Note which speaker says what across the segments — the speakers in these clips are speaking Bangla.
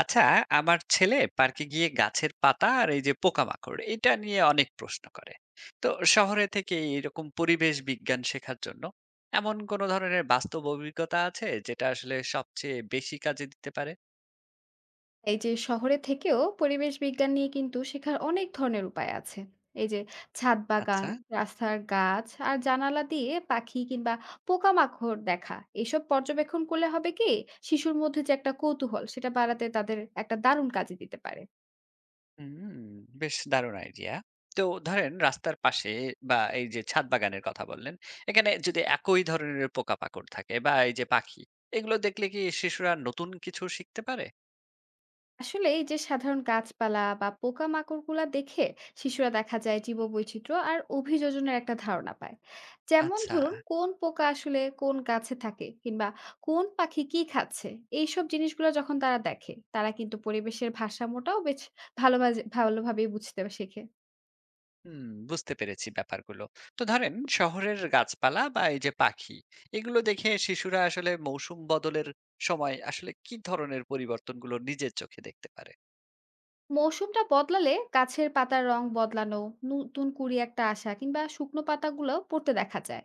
Speaker 1: আচ্ছা। আমার ছেলে পার্কে গিয়ে গাছের পাতা আর এই যে পোকামাকড় এটা নিয়ে অনেক প্রশ্ন করে। তো শহরে থেকে এরকম পরিবেশ বিজ্ঞান শেখার জন্য এমন কোন ধরনের বাস্তব অভিজ্ঞতা আছে যেটা আসলে সবচেয়ে বেশি কাজে দিতে পারে?
Speaker 2: এই যে শহরে থেকেও পরিবেশ বিজ্ঞান নিয়ে কিন্তু শেখার অনেক ধরনের উপায় আছে। এই যে ছাদ বাগান,
Speaker 1: আচ্ছা।
Speaker 2: রাস্তার গাছ আর জানালা দিয়ে পাখি কিংবা পোকামাকড় দেখা, এসব পর্যবেক্ষণ করলে হবে কি, শিশুর মধ্যে যে একটা কৌতূহল সেটা বাড়াতে তাদের একটা দারুণ কাজে দিতে পারে।
Speaker 1: হুম, বেশ দারুণ আইডিয়া। তো ধরেন রাস্তার পাশে বা এই যে ছাদ বাগানের কথা বললেন, এখানে যদি একই ধরনের পোকামাকড় থাকে বা এই যে পাখি, এগুলো দেখলে কি শিশুরা নতুন কিছু শিখতে পারে?
Speaker 2: আসলে এই যে সাধারণ গাছপালা বা পোকামাকড়গুলা দেখে শিশুরা দেখা যায় জীববৈচিত্র্য আর অভিযোজনের একটা ধারণা পায়। যেমন
Speaker 1: আচ্ছা।
Speaker 2: ধরুন কোন পোকা আসলে কোন গাছে থাকে, কিংবা কোন পাখি কি খাচ্ছে, এইসব জিনিসগুলো যখন তারা দেখে তারা কিন্তু পরিবেশের ভারসাম্যটাও বেশ ভালোভাবেই বুঝতে শেখে।
Speaker 1: হুম, বুঝতে পেরেছি ব্যাপারগুলো। তো ধরেন শহরের গাছপালা বা এই যে পাখি, এগুলো দেখে শিশুরা আসলে মৌসুম বদলের সময় আসলে কি ধরনের পরিবর্তনগুলো নিজের চোখে দেখতে পারে?
Speaker 2: মৌসুমটা বদলালে গাছের পাতার রং বদলানো, নতুন কুড়ি একটা আসা, কিংবা শুকনো পাতাগুলো পড়তে দেখা যায়।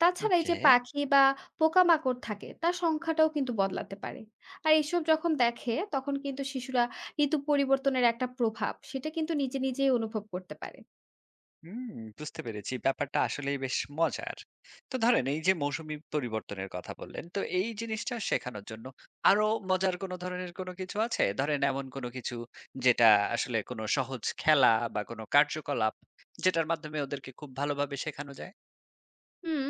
Speaker 2: তাছাড়া এই
Speaker 1: ওকে।
Speaker 2: যে পাখি বা পোকামাকড় থাকে তার সংখ্যাটাও কিন্তু বদলাতে পারে। আর এসব যখন দেখে তখন কিন্তু শিশুরা ঋতু পরিবর্তনের একটা প্রভাব সেটা কিন্তু নিজে নিজেই অনুভব করতে পারে।
Speaker 1: হুম, বুঝতে পেরেছি ব্যাপারটা আসলেই বেশ মজার। তো ধরেন এই যে মৌসুমী পরিবর্তনের কথা বললেন, তো এই জিনিসটা শেখানোর জন্য আরো মজার কোনো ধরনের কোনো কিছু আছে? ধরেন এমন কোনো কিছু যেটা আসলে কোনো সহজ খেলা বা কোনো কার্যকলাপ, যেটার মাধ্যমে ওদেরকে খুব ভালোভাবে শেখানো যায়।
Speaker 2: হুম,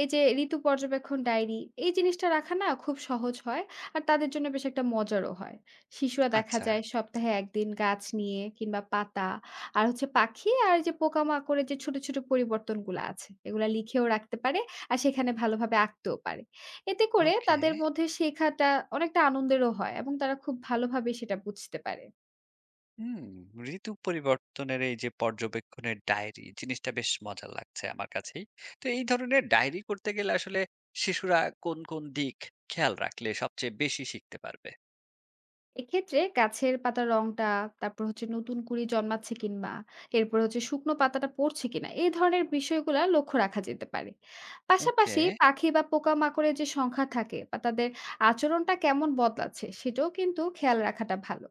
Speaker 2: এই যে ঋতু পর্যবেক্ষণ ডায়েরি, এই জিনিসটা রাখা না খুব সহজ হয় আর তাদের জন্য বেশ একটা মজারও হয়। শিশুরা দেখা
Speaker 1: আচ্ছা।
Speaker 2: যায় সপ্তাহে একদিন গাছ নিয়ে কিংবা পাতা আর হচ্ছে পাখি আর যে পোকামাকড়ের যে ছোট ছোট পরিবর্তনগুলো আছে এগুলা লিখেও রাখতে পারে আর সেখানে ভালোভাবে আঁকতেও পারে। এতে করে
Speaker 1: ওকে।
Speaker 2: তাদের মধ্যে শেখাটা অনেকটা আনন্দেরও হয় এবং তারা খুব ভালোভাবে সেটা বুঝতে পারে।
Speaker 1: হুম, ঋতু পরিবর্তনের এই যে পর্যবেক্ষণের ডায়েরি জিনিসটা বেশ মজার লাগছে আমার কাছেই। তো এই ধরনের ডায়েরি করতে গেলে আসলে শিশুরা কোন, কোন দিক খেয়াল রাখলে সবচেয়ে বেশি শিখতে পারবে?
Speaker 2: এক্ষেত্রে গাছের পাতার রংটা, তারপর হচ্ছে নতুন কুড়ি জন্মাচ্ছে কিংবা এরপর হচ্ছে শুকনো পাতাটা পড়ছে কিনা, এই ধরনের বিষয়গুলা লক্ষ্য রাখা যেতে পারে।
Speaker 1: ওকে।
Speaker 2: পাশাপাশি পাখি বা পোকামাকড়ের যে সংখ্যা থাকে বা তাদের আচরণটা কেমন বদলাচ্ছে সেটাও কিন্তু খেয়াল রাখাটা ভালো।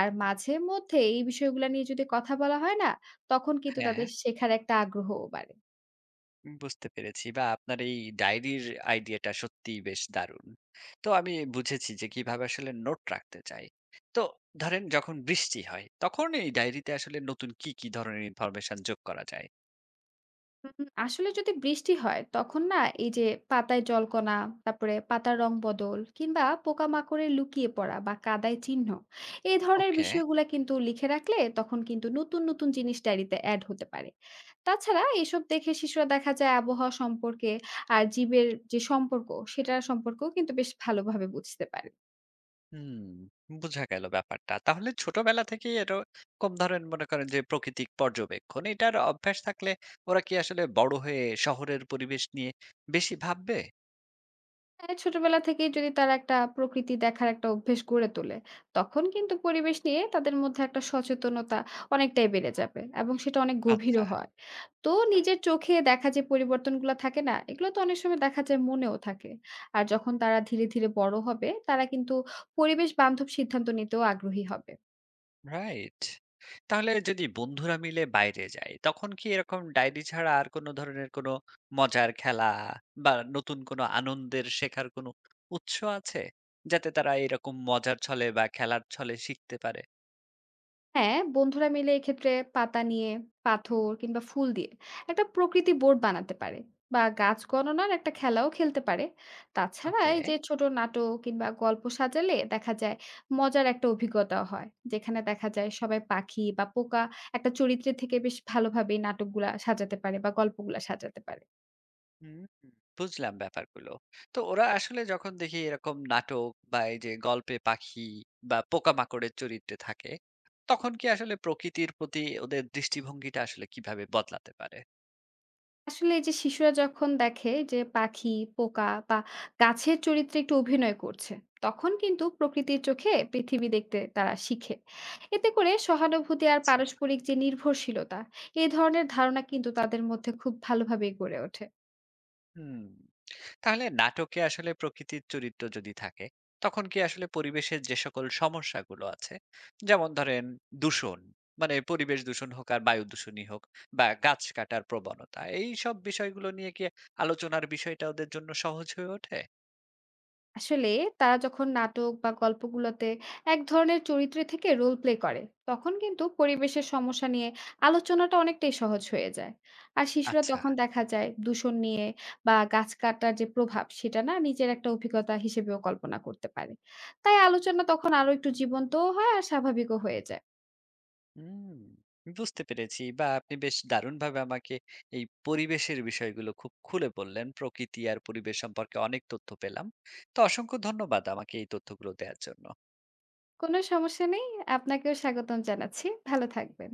Speaker 2: আর মাঝে মধ্যে এই বিষয়গুলা নিয়ে যদি কথা বলা হয় না, তখন কিন্তু
Speaker 1: হ্যাঁ,
Speaker 2: তাদের শেখার একটা আগ্রহও বাড়ে।
Speaker 1: বুঝতে পেরেছি বা আপনার এই ডায়েরির আইডিয়াটা সত্যিই বেশ দারুণ। তো আমি বুঝেছি যে কিভাবে আসলে নোট রাখতে চাই। তো ধরেন যখন বৃষ্টি হয় তখন এই ডায়েরিতে আসলে নতুন কি, কি ধরনের ইনফরমেশন যোগ করা যায়?
Speaker 2: আসলে যদি বৃষ্টি হয় তখন না এই যে পাতায় জলকণা, তারপরে পাতার রং বদল, কিংবা পোকামাকড়ে লুকিয়ে পড়া বা কাদায় চিহ্ন, এই ধরনের
Speaker 1: ওকে।
Speaker 2: বিষয়গুলো কিন্তু লিখে রাখলে তখন কিন্তু নতুন নতুন জিনিস ডায়েরিতে অ্যাড হতে পারে। তাছাড়া এসব দেখে শিশুরা দেখা যায় আবহাওয়া সম্পর্কে আর জীবের যে সম্পর্ক সেটার সম্পর্কেও কিন্তু বেশ ভালোভাবে বুঝতে পারে।
Speaker 1: হুম, বুঝা গেল ব্যাপারটা। তাহলে ছোটবেলা থেকেই এরকম ধরেন মনে করেন যে প্রকৃতিক পর্যবেক্ষণ এটার অভ্যাস থাকলে ওরা কি আসলে বড় হয়ে শহরের পরিবেশ নিয়ে বেশি ভাববে?
Speaker 2: হ্যাঁ, ছোটবেলা থেকেই যদি তারা একটা প্রকৃতি দেখার একটা অভ্যেস গড়ে তোলে, তখন কিন্তু পরিবেশ নিয়ে তাদের মধ্যে একটা সচেতনতা অনেকটাই বেড়ে যাবে এবং সেটা অনেক
Speaker 1: আচ্ছা।
Speaker 2: গভীরও হয়। তো নিজের চোখে দেখা যে পরিবর্তনগুলো থাকে না, এগুলো তো অনেক সময় দেখা যায় মনেও থাকে। আর যখন তারা ধীরে ধীরে বড় হবে, তারা কিন্তু পরিবেশ বান্ধব সিদ্ধান্ত নিতেও আগ্রহী হবে।
Speaker 1: রাইট। তাহলে যদি বন্ধুরা মিলে বাইরে যায় তখন কি এরকম ডায়েরি ছাড়া আর কোনো ধরনের কোনো মজার খেলা বা নতুন কোনো আনন্দের শেখার কোনো উৎস আছে? যাতে তারা এরকম মজার ছলে বা খেলার ছলে শিখতে পারে?
Speaker 2: হ্যাঁ, বন্ধুরা মিলে এক্ষেত্রে পাতা নিয়ে, পাথর কিংবা ফুল দিয়ে একটা প্রকৃতি বোর্ড বানাতে পারে বা গাছ গণনার একটা খেলাও খেলতে পারে। তাছাড়া
Speaker 1: ওকে।
Speaker 2: এই যে ছোট নাটক কিংবা গল্প সাজালে দেখা যায় মজার একটা অভিজ্ঞতা হয়। যেখানে দেখা যায় সবাই পাখি বা পোকা একটা চরিত্রের থেকে বেশ ভালোভাবেই নাটকগুলা সাজাতে পারে বা গল্পগুলা সাজাতে পারে।
Speaker 1: হুম, হুম, বুঝলাম ব্যাপারগুলো। তো ওরা আসলে যখন দেখি এরকম নাটক বা এই যে গল্পে পাখি বা পোকামাকড়ের চরিত্রে থাকে, তখন কি আসলে প্রকৃতির প্রতি ওদের দৃষ্টিভঙ্গিটা আসলে কিভাবে বদলাতে পারে?
Speaker 2: আসলে এই যে শিশুরা যখন দেখে যে পাখি, পোকা বা গাছের চরিত্রে একটু অভিনয় করছে, তখন কিন্তু প্রকৃতির চোখে পৃথিবী দেখতে তারা শিখে। এতে করে সহানুভূতি আর পারস্পরিক যে নির্ভরশীলতা, এই ধরনের ধারণা কিন্তু তাদের মধ্যে খুব ভালোভাবেই গড়ে ওঠে।
Speaker 1: হুম। তাহলে নাটকে আসলে প্রকৃতির চরিত্র যদি থাকে তখন কি আসলে পরিবেশের যে সকল সমস্যাগুলো আছে, যেমন ধরেন দূষণ, মানে পরিবেশ দূষণ হোক আর বায়ু দূষণই হোক বা গাছ কাটার প্রবণতা, এই সব বিষয়গুলো নিয়ে কি আলোচনার বিষয়টা ওদের জন্য সহজ হয়ে ওঠে?
Speaker 2: আসলে তারা যখন নাটক বা গল্পগুলোতে এক ধরনের চরিত্রে থেকে রোল প্লে করে তখন কিন্তু পরিবেশের সমস্যা নিয়ে আলোচনাটা অনেকটাই সহজ হয়ে যায়। আর শিশুরা
Speaker 1: আচ্ছা।
Speaker 2: তখন দেখা যায় দূষণ নিয়ে বা গাছ কাটার যে প্রভাব সেটা না নিজের একটা অভিজ্ঞতা হিসেবেও কল্পনা করতে পারে। তাই আলোচনা তখন আরো একটু জীবন্তও হয় আর স্বাভাবিকও হয়ে যায়।
Speaker 1: হুম, বুঝতে পেরেছি বা আপনি বেশ দারুণভাবে আমাকে এই পরিবেশের বিষয়গুলো খুব খুলে বললেন। প্রকৃতি আর পরিবেশ সম্পর্কে অনেক তথ্য পেলাম। তো অসংখ্য ধন্যবাদ আমাকে এই তথ্যগুলো দেওয়ার জন্য।
Speaker 2: কোনো সমস্যা নেই, আপনাকেও স্বাগতম জানাচ্ছি। ভালো থাকবেন।